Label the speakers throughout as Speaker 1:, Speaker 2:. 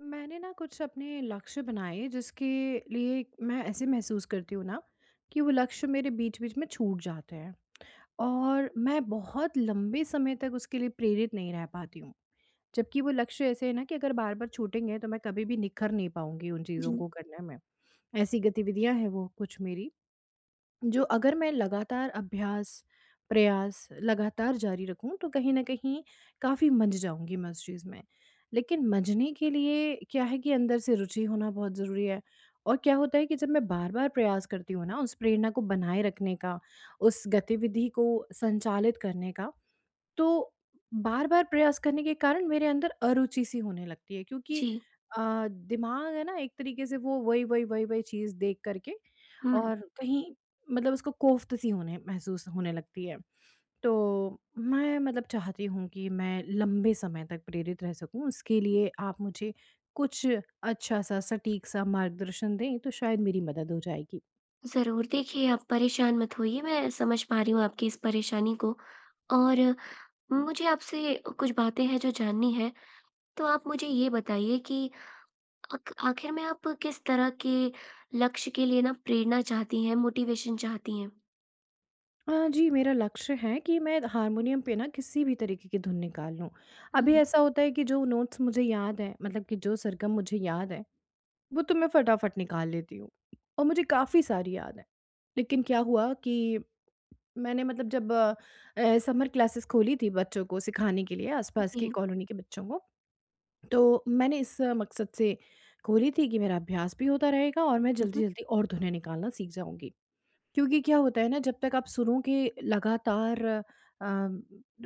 Speaker 1: मैंने ना कुछ अपने लक्ष्य बनाए जिसके लिए मैं ऐसे महसूस करती हूँ ना कि वो लक्ष्य मेरे बीच बीच में छूट जाते हैं और मैं बहुत लंबे समय तक उसके लिए प्रेरित नहीं रह पाती हूँ। जबकि वो लक्ष्य ऐसे है ना कि अगर बार बार छूटेंगे तो मैं कभी भी निखर नहीं पाऊंगी उन चीज़ों
Speaker 2: जी।
Speaker 1: को करने में। ऐसी गतिविधियां हैं वो कुछ मेरी जो अगर मैं लगातार अभ्यास, प्रयास लगातार जारी रखूँ तो कहीं न कहीं काफ़ी मंझ जाऊँगी मैं उस चीज़ में। लेकिन मंझने के लिए क्या है कि अंदर से रुचि होना बहुत ज़रूरी है। और क्या होता है कि जब मैं बार-बार प्रयास करती हूँ ना उस प्रेरणा को बनाए रखने का, उस गतिविधि को संचालित करने का, तो बार-बार प्रयास करने के कारण मेरे अंदर अरुचि सी होने लगती है। क्योंकि
Speaker 2: जी।
Speaker 1: दिमाग है ना एक तरीके से वो वही चीज़ देख कर के
Speaker 2: हुँ।
Speaker 1: और कहीं, मतलब उसको कोफ्त सी होने, महसूस होने लगती है। तो मैं, मतलब, चाहती हूँ कि मैं लंबे समय तक प्रेरित रह सकूँ, उसके लिए आप मुझे कुछ अच्छा-सा सटीक-सा मार्गदर्शन दें, तो शायद मेरी मदद हो जाएगी।
Speaker 2: ज़रूर। देखिए, आप परेशान मत होइए, मैं समझ पा रही हूँ आपकी इस परेशानी को और मुझे आपसे कुछ बातें हैं जो जाननी हैं। तो आप मुझे ये बताइए कि आख आखिर में आप किस तरह के लक्ष्य के लिए ना प्रेरणा चाहती हैं, मोटिवेशन चाहती हैं?
Speaker 1: हाँ जी, मेरा लक्ष्य है कि मैं हारमोनियम पे ना किसी भी तरीके की धुन निकाल लूँ। अभी
Speaker 2: हुँ।
Speaker 1: ऐसा होता है कि जो नोट्स मुझे याद हैं, मतलब कि जो सरगम मुझे याद है, वो तो मैं फटाफट निकाल लेती हूँ और मुझे काफ़ी सारी याद हैं। लेकिन क्या हुआ कि मैंने, मतलब, जब समर क्लासेस खोली थी बच्चों को सिखाने के लिए, आसपास
Speaker 2: जी।
Speaker 1: की कॉलोनी के बच्चों को, तो मैंने इस मकसद से खोली थी कि मेरा अभ्यास भी होता रहेगा और मैं
Speaker 2: हुँ, हुँ।
Speaker 1: जल्दी-जल्दी और धुनें निकालना सीख जाऊँगी। क्योंकि क्या होता है ना, जब तक आप सुरों के लगातार, अ,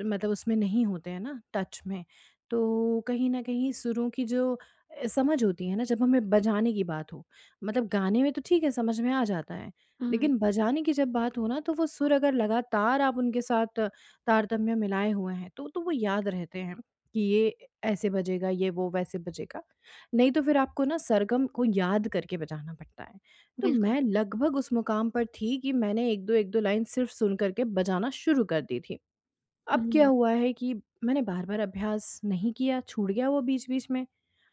Speaker 1: मतलब उसमें नहीं होते हैं ना, टच में, तो कहीं न कहीं सुरों की जो समझ होती है ना, जब हमें बजाने की बात हो, मतलब गाने में तो ठीक है, समझ में आ जाता है।
Speaker 2: हुँ,
Speaker 1: लेकिन बजाने की जब बात हो ना, तो वो सुर अगर लगातार आप उनके साथ तारतम्य मिलाए हुए हैं, तो वो याद रहते हैं कि ये ऐसे बजेगा, ये वो वैसे बजेगा। नहीं तो फिर आपको ना सरगम को याद करके बजाना पड़ता है। तो
Speaker 2: बिल्कुल।
Speaker 1: मैं लगभग उस मुकाम पर थी कि मैंने 1-2 लाइन सिर्फ़ सुन कर के बजाना शुरू कर दी थी। अब क्या
Speaker 2: हुँ,
Speaker 1: हुआ है कि मैंने बार-बार अभ्यास नहीं किया, छूट गया वो बीच-बीच में,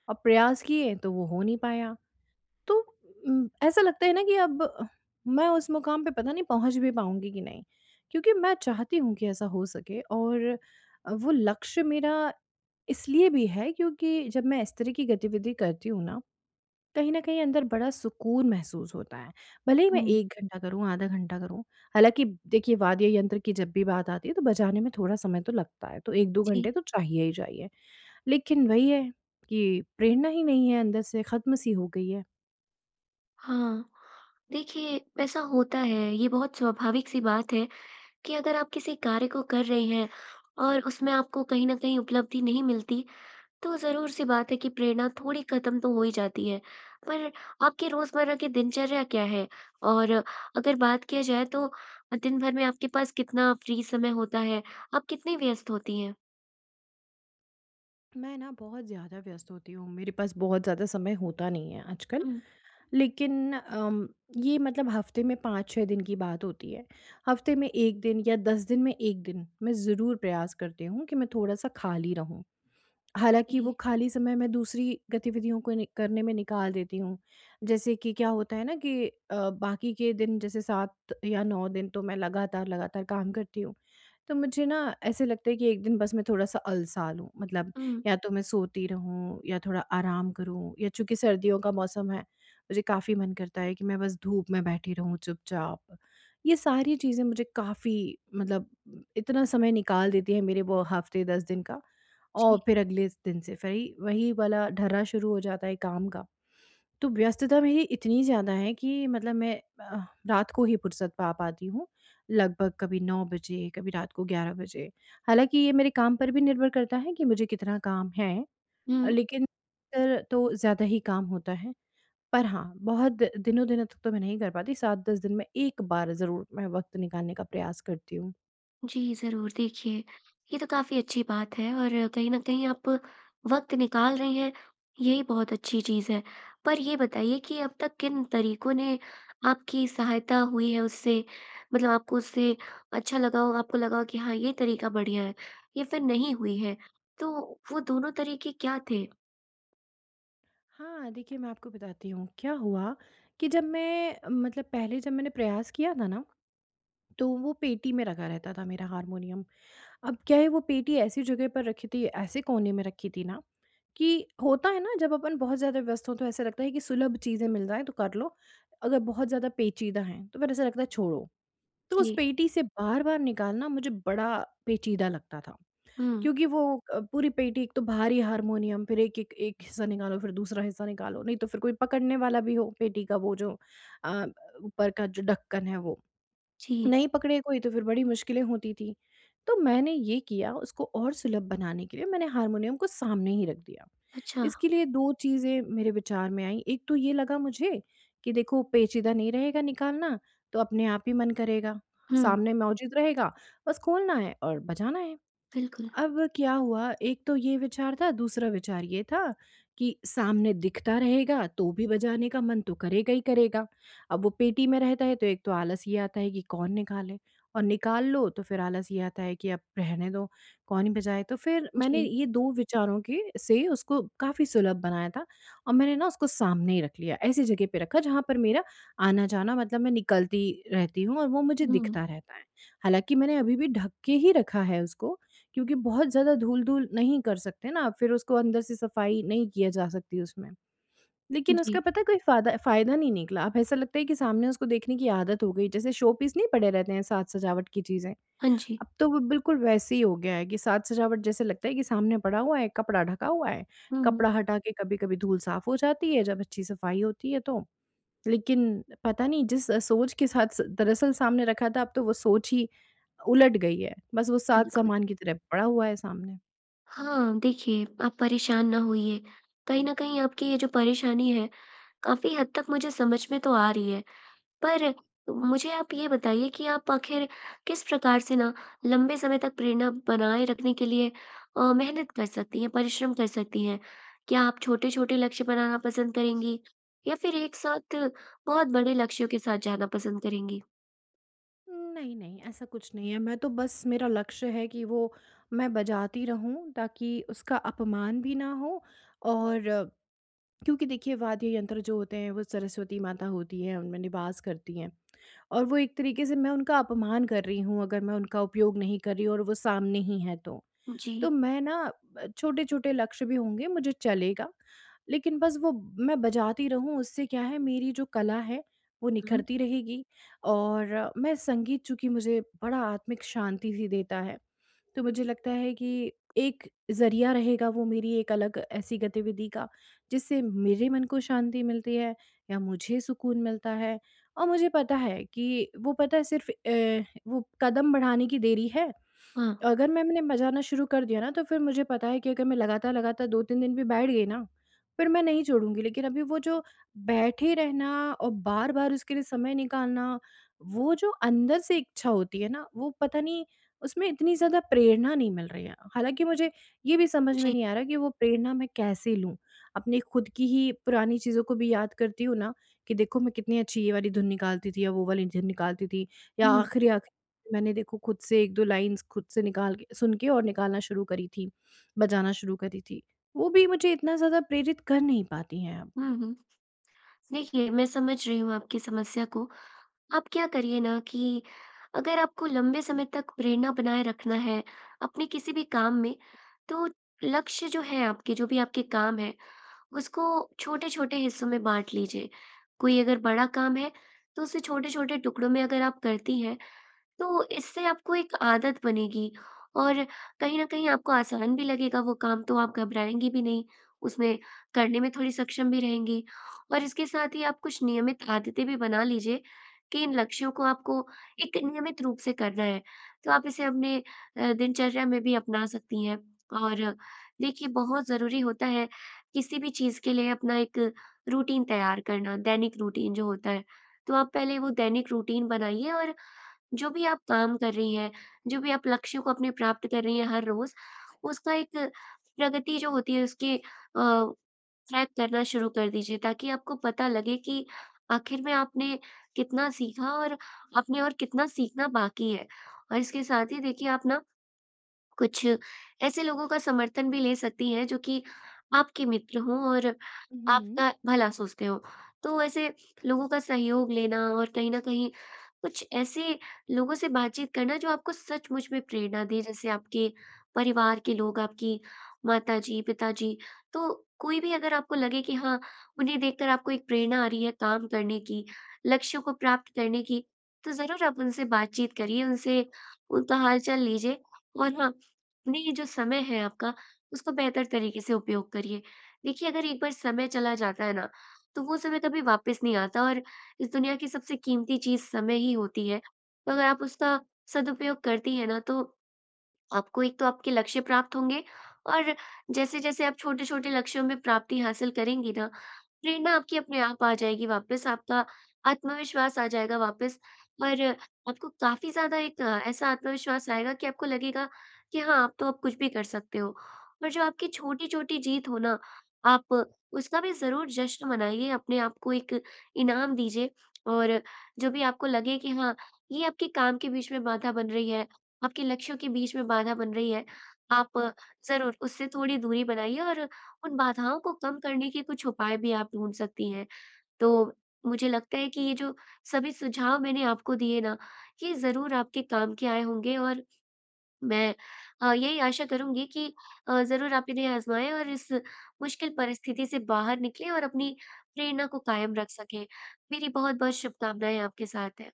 Speaker 1: और प्रयास किए तो वो हो नहीं पाया। तो ऐसा लगता है ना कि अब मैं उस मुकाम पे पता नहीं पहुँच भी पाऊँगी कि नहीं? क्योंकि मैं चाहती हूँ कि ऐसा हो सके, और वो लक्ष्य मेरा इसलिए भी है क्योंकि जब मैं इस तरह की गतिविधि करती हूँ ना, कहीं न कहीं अंदर बड़ा सुकून महसूस होता है। भले ही मैं
Speaker 2: हुँ।
Speaker 1: 1 घंटा करूँ, आधा घंटा करूँ, हालाँकि देखिए, वाद्य यंत्र की जब भी बात आती है तो बजाने में थोड़ा समय तो लगता है, तो 1-2 घंटे
Speaker 2: जी।
Speaker 1: तो चाहिए ही चाहिए। लेकिन वही है कि प्रेरणा ही नहीं है अंदर से, ख़त्म सी हो गई है।
Speaker 2: हाँ। देखिए, ऐसा होता है, ये बहुत स्वाभाविक-सी बात है कि अगर आप किसी कार्य को कर रहे हैं और उसमें आपको कहीं न कहीं उपलब्धि नहीं मिलती, तो ज़रूर-सी बात है कि प्रेरणा थोड़ी खत्म तो हो ही जाती है। पर आपकी रोज़मर्रा की दिनचर्या क्या है? और अगर बात किया जाए तो दिन भर में आपके पास कितना फ्री समय होता है? आप कितनी व्यस्त होती हैं?
Speaker 1: मैं ना बहुत ज़्यादा व्यस्त होती हूँ, मेरे पास बहुत ज़्यादा समय होता नहीं है आजकल।
Speaker 2: हुँ।
Speaker 1: लेकिन ये, मतलब, हफ़्ते में 5-6 दिन की बात होती है। हफ़्ते में 1 दिन या 10 दिन में 1 दिन मैं ज़रूर प्रयास करती हूँ कि मैं थोड़ा-सा खाली रहूँ। हालाँकि
Speaker 2: जी।
Speaker 1: वो खाली समय मैं दूसरी गतिविधियों को नि करने में निकाल देती हूँ। जैसे कि क्या होता है ना कि बाकी के दिन, जैसे 7 या 9 दिन, तो मैं लगातार-लगातार काम करती हूँ। तो मुझे ना ऐसे लगता है कि एक दिन बस मैं थोड़ा-सा अलसा लूँ, मतलब
Speaker 2: हुँ,
Speaker 1: या तो मैं सोती रहूँ या थोड़ा आराम करूँ, या चूँकि सर्दियों का मौसम है, मुझे काफ़ी मन करता है कि मैं बस धूप में बैठी रहूँ चुपचाप। ये सारी चीज़ें मुझे काफ़ी, मतलब, इतना समय निकाल देती है मेरे वो हफ़्ते 10 दिन का। और
Speaker 2: जी।
Speaker 1: फिर अगले दिन से फिर ही वही वाला ढर्रा शुरू हो जाता है काम का। तो व्यस्तता मेरी इतनी ज़्यादा है कि, मतलब, मैं रात को ही फुर्सत पा पाती हूँ, लगभग कभी 9 बजे, कभी रात को 11 बजे। हालाँकि ये मेरे काम पर भी निर्भर करता है कि मुझे कितना काम है।
Speaker 2: हुँ।
Speaker 1: लेकिन तर तो ज़्यादा ही काम होता है। पर हाँ, बहुत दिनों-दिनों तक तो मैं नहीं कर पाती, 7-10 दिन में 1 बार ज़रूर मैं वक़्त निकालने का प्रयास करती हूँ।
Speaker 2: जी, ज़रूर। देखिए, ये तो काफ़ी अच्छी बात है और कहीं न कहीं आप वक़्त निकाल रही हैं, यही बहुत अच्छी चीज़ है। पर ये बताइए कि अब तक किन तरीकों ने आपकी सहायता हुई है उससे? मतलब आपको उससे अच्छा लगा हो, आपको लगा हो कि हाँ, ये तरीका बढ़िया है या फिर नहीं हुई है। तो वो दोनों तरीके क्या थे?
Speaker 1: हाँ, देखिए, मैं आपको बताती हूँ, क्या हुआ कि जब मैं, मतलब, पहले जब मैंने प्रयास किया था ना, तो वो पेटी में रखा रहता था मेरा हारमोनियम। अब क्या है, वो पेटी ऐसी जगह पर रखी थी, ऐसे कोने में रखी थी ना, कि होता है ना जब अपन बहुत ज़्यादा व्यस्त हों तो ऐसा लगता है कि सुलभ चीज़ें मिल जाएँ तो कर लो, अगर बहुत ज़्यादा पेचीदा हैं तो फिर ऐसा लगता है छोड़ो। तो उस
Speaker 2: जी।
Speaker 1: पेटी से बार-बार निकालना मुझे बड़ा पेचीदा लगता था।
Speaker 2: हुँ।
Speaker 1: क्योंकि वो पूरी पेटी, एक तो भारी हारमोनियम, फिर एक एक एक हिस्सा निकालो, फिर दूसरा हिस्सा निकालो, नहीं तो फिर कोई पकड़ने वाला भी हो पेटी का, वो जो अ, ऊपर का जो ढक्कन है, वो
Speaker 2: जी।
Speaker 1: नहीं पकड़े कोई, तो फिर बड़ी मुश्किलें होती थी। तो मैंने ये किया, उसको और सुलभ बनाने के लिए मैंने हारमोनियम को सामने ही रख दिया।
Speaker 2: अच्छा।
Speaker 1: इसके लिए दो चीज़ें मेरे विचार में आई। एक तो ये लगा मुझे कि देखो पेचीदा नहीं रहेगा निकालना, तो अपने आप ही मन करेगा,
Speaker 2: हुँ,
Speaker 1: सामने मौजूद रहेगा, बस खोलना है और बजाना है।
Speaker 2: बिल्कुल।
Speaker 1: अब क्या हुआ, एक तो ये विचार था, दूसरा विचार ये था कि सामने दिखता रहेगा तो भी बजाने का मन तो करेगा ही करेगा। अब वो पेटी में रहता है तो एक तो आलस ये आता है कि कौन निकाले, और निकाल लो तो फिर आलस ये आता है कि अब रहने दो, कौन ही बजाए। तो फिर मैंने
Speaker 2: जी।
Speaker 1: ये 2 विचारों के से उसको काफ़ी सुलभ बनाया था और मैंने ना उसको सामने ही रख लिया, ऐसी जगह पे रखा जहाँ पर मेरा आना-जाना, मतलब मैं निकलती रहती हूँ और वो मुझे
Speaker 2: हुँ।
Speaker 1: दिखता रहता है। हालाँकि मैंने अभी भी ढक के ही रखा है उसको, क्योंकि बहुत ज़्यादा धूल-धूल नहीं कर सकते ना, फिर उसको अंदर से सफाई नहीं किया जा सकती उसमें। लेकिन उसका
Speaker 2: जी।
Speaker 1: पता है कोई फ़ायदा फ़ायदा नहीं निकला, अब ऐसा लगता है कि सामने उसको देखने की आदत हो गई, जैसे शो पीस नहीं पड़े रहते हैं साज-सजावट की चीज़ें,
Speaker 2: हाँ जी।
Speaker 1: अब तो वो बिल्कुल वैसे ही हो गया है कि साज-सजावट जैसे लगता है कि सामने पड़ा हुआ है, कपड़ा ढका हुआ है,
Speaker 2: हुँ,
Speaker 1: कपड़ा हटा के कभी-कभी धूल साफ़ हो जाती है जब अच्छी सफाई होती है तो। लेकिन पता नहीं जिस सोच के साथ स दरअसल सामने रखा था, अब तो वो सोच ही उलट गई है, बस वो साज
Speaker 2: बिल्कुल।
Speaker 1: सामान की तरह पड़ा हुआ है सामने।
Speaker 2: हाँ, देखिए आप परेशान ना होइए। कहीं न कहीं आपकी ये जो परेशानी है, काफ़ी हद तक मुझे समझ में तो आ रही है। पर मुझे आप ये बताइए कि आप आखिर किस प्रकार से ना लंबे समय तक प्रेरणा बनाए रखने के लिए मेहनत कर सकती हैं, परिश्रम कर सकती हैं? क्या आप छोटे-छोटे लक्ष्य बनाना पसंद करेंगी? या फिर एक साथ बहुत बड़े लक्ष्यों के साथ जाना पसंद करेंगी?
Speaker 1: नहीं, नहीं, ऐसा कुछ नहीं है। मैं तो बस, मेरा लक्ष्य है कि वो मैं बजाती रहूँ ताकि उसका अपमान भी ना हो, और क्योंकि देखिए वाद्य यंत्र जो होते हैं वो सरस्वती माता होती हैं, उनमें निवास करती हैं। और वो एक तरीके से मैं उनका अपमान कर रही हूँ अगर मैं उनका उपयोग नहीं कर रही हूँ और वो सामने ही है तो।
Speaker 2: जी।
Speaker 1: तो मैं ना छोटे-छोटे लक्ष्य भी होंगे, मुझे चलेगा। लेकिन बस वो मैं बजाती रहूँ, उससे क्या है, मेरी जो कला है वो
Speaker 2: हुँ,
Speaker 1: निखरती रहेगी, और मैं, संगीत चूँकि मुझे बड़ा आत्मिक शांति भी देता है, तो मुझे लगता है कि एक ज़रिया रहेगा वो मेरी एक अलग ऐसी गतिविधि का, जिससे मेरे मन को शांति मिलती है या मुझे सुकून मिलता है। और मुझे पता है कि वो, पता है, सिर्फ़ वो कदम बढ़ाने की देरी है।
Speaker 2: हाँ,
Speaker 1: अगर मैंने बजाना शुरू कर दिया ना, तो फिर मुझे पता है कि अगर मैं लगातार-लगातार 2-3 दिन भी बैठ गई ना, फिर मैं नहीं छोड़ूँगी। लेकिन अभी वो जो बैठे रहना और बार-बार उसके लिए समय निकालना, वो जो अंदर से इच्छा होती है ना, वो पता नहीं, उसमें इतनी ज़्यादा प्रेरणा नहीं मिल रही है। हालाँकि मुझे ये भी समझ में
Speaker 2: जी।
Speaker 1: नहीं आ रहा कि वो प्रेरणा मैं कैसे लूँ? अपनी खुद की ही पुरानी चीज़ों को भी याद करती हूँ ना, कि देखो मैं कितनी अच्छी ये वाली धुन निकालती थी या वो वाली धुन निकालती थी, या
Speaker 2: हुँ,
Speaker 1: आखिरी-आखिरी मैंने, देखो, खुद से 1-2 लाइन्स खुद से निकाल के, सुन के और निकालना शुरू करी थी, बजाना शुरू करी थी। वो भी मुझे इतना ज़्यादा प्रेरित कर नहीं पाती हैं अब।
Speaker 2: हुँ, हुँ। देखिए, मैं समझ रही हूँ आपकी समस्या को। आप क्या करिए ना कि अगर आपको लंबे समय तक प्रेरणा बनाए रखना है अपने किसी भी काम में, तो लक्ष्य जो है आपके जो भी आपके काम हैं, उसको छोटे-छोटे हिस्सों में बाँट लीजिए। कोई अगर बड़ा काम है, तो उसे छोटे-छोटे टुकड़ों में अगर आप करती हैं, तो इससे आपको एक आदत बनेगी और कहीं न कहीं आपको आसान भी लगेगा वो काम, तो आप घबराएँगी भी नहीं, उसमें करने में थोड़ी सक्षम भी रहेंगी। और इसके साथ ही आप कुछ नियमित आदतें भी बना लीजिए कि इन लक्ष्यों को आपको एक नियमित रूप से करना है। तो आप इसे अपने दिनचर्या में भी अपना सकती हैं। और देखिए, बहुत ज़रूरी होता है किसी भी चीज़ के लिए अपना एक रूटीन तैयार करना, दैनिक रूटीन जो होता है। तो आप पहले वो दैनिक रूटीन बनाइए और जो भी आप काम कर रही हैं, जो भी आप लक्ष्य को अपने प्राप्त कर रही हैं हर रोज़, उसका एक प्रगति जो होती है उसकी ट्रैक करना शुरू कर दीजिए ताकि आपको पता लगे कि आखिर में आपने कितना सीखा और आपने और कितना सीखना बाकी है। और इसके साथ ही देखिए आप ना कुछ ऐसे लोगों का समर्थन भी ले सकती हैं जो कि आपके मित्र हों और
Speaker 1: हुँ।
Speaker 2: आपका भला सोचते हों। तो ऐसे लोगों का सहयोग लेना और कहीं न कहीं कुछ ऐसे लोगों से बातचीत करना जो आपको सचमुच में प्रेरणा दें, जैसे आपके परिवार के लोग, आपकी माताजी, पिताजी। तो कोई भी अगर आपको लगे कि हाँ, उन्हें देखकर आपको एक प्रेरणा आ रही है काम करने की, लक्ष्यों को प्राप्त करने की, तो ज़रूर आप उनसे बातचीत करिए, उनसे उनका हाल-चाल लीजिए और हाँ, अपने ये जो समय है आपका, उसको बेहतर तरीके से उपयोग करिए। देखिए, अगर एक बार समय चला जाता है ना, तो वो समय कभी वापस नहीं आता और इस दुनिया की सबसे कीमती चीज़ समय ही होती है। तो अगर आप उसका सदुपयोग करती हैं ना, तो आपको एक तो आपके लक्ष्य प्राप्त होंगे और जैसे-जैसे आप छोटे-छोटे लक्ष्यों में प्राप्ति हासिल करेंगी ना, प्रेरणा आपकी अपने आप आ जाएगी वापस, आपका आत्मविश्वास आ जाएगा वापस और आपको काफ़ी ज़्यादा एक ऐसा आत्मविश्वास आएगा कि आपको लगेगा कि हाँ, आप तो अब कुछ भी कर सकते हो। और जो आपकी छोटी-छोटी जीत हो ना, आप उसका भी ज़रूर जश्न मनाइए, अपने आप को एक इनाम दीजिए और जो भी आपको लगे कि हाँ, ये आपके काम के बीच में बाधा बन रही है, आपके लक्ष्यों के बीच में बाधा बन रही है, आप ज़रूर उससे थोड़ी दूरी बनाइए और उन बाधाओं को कम करने के कुछ उपाय भी आप ढूँढ सकती हैं। तो मुझे लगता है कि ये जो सभी सुझाव मैंने आपको दिए ना, ये ज़रूर आपके काम के आए होंगे और मैं यही आशा करूँगी कि ज़रूर आप इन्हें आज़माएँ और इस मुश्किल परिस्थिति से बाहर निकलें और अपनी प्रेरणा को कायम रख सकें। मेरी बहुत-बहुत शुभकामनाएँ आपके साथ हैं।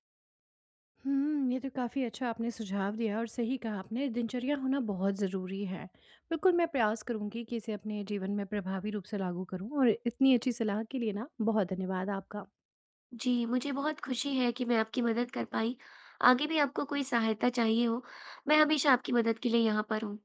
Speaker 1: हुँ, ये तो काफ़ी अच्छा आपने सुझाव दिया और सही कहा आपने, दिनचर्या होना बहुत ज़रूरी है। बिल्कुल, मैं प्रयास करूँगी कि इसे अपने जीवन में प्रभावी रूप से लागू करूँ, और इतनी अच्छी सलाह के लिए ना, बहुत धन्यवाद आपका।
Speaker 2: जी, मुझे बहुत खुशी है कि मैं आपकी मदद कर पाई। आगे भी आपको कोई सहायता चाहिए हो, मैं हमेशा आपकी मदद के लिए यहाँ पर हूँ।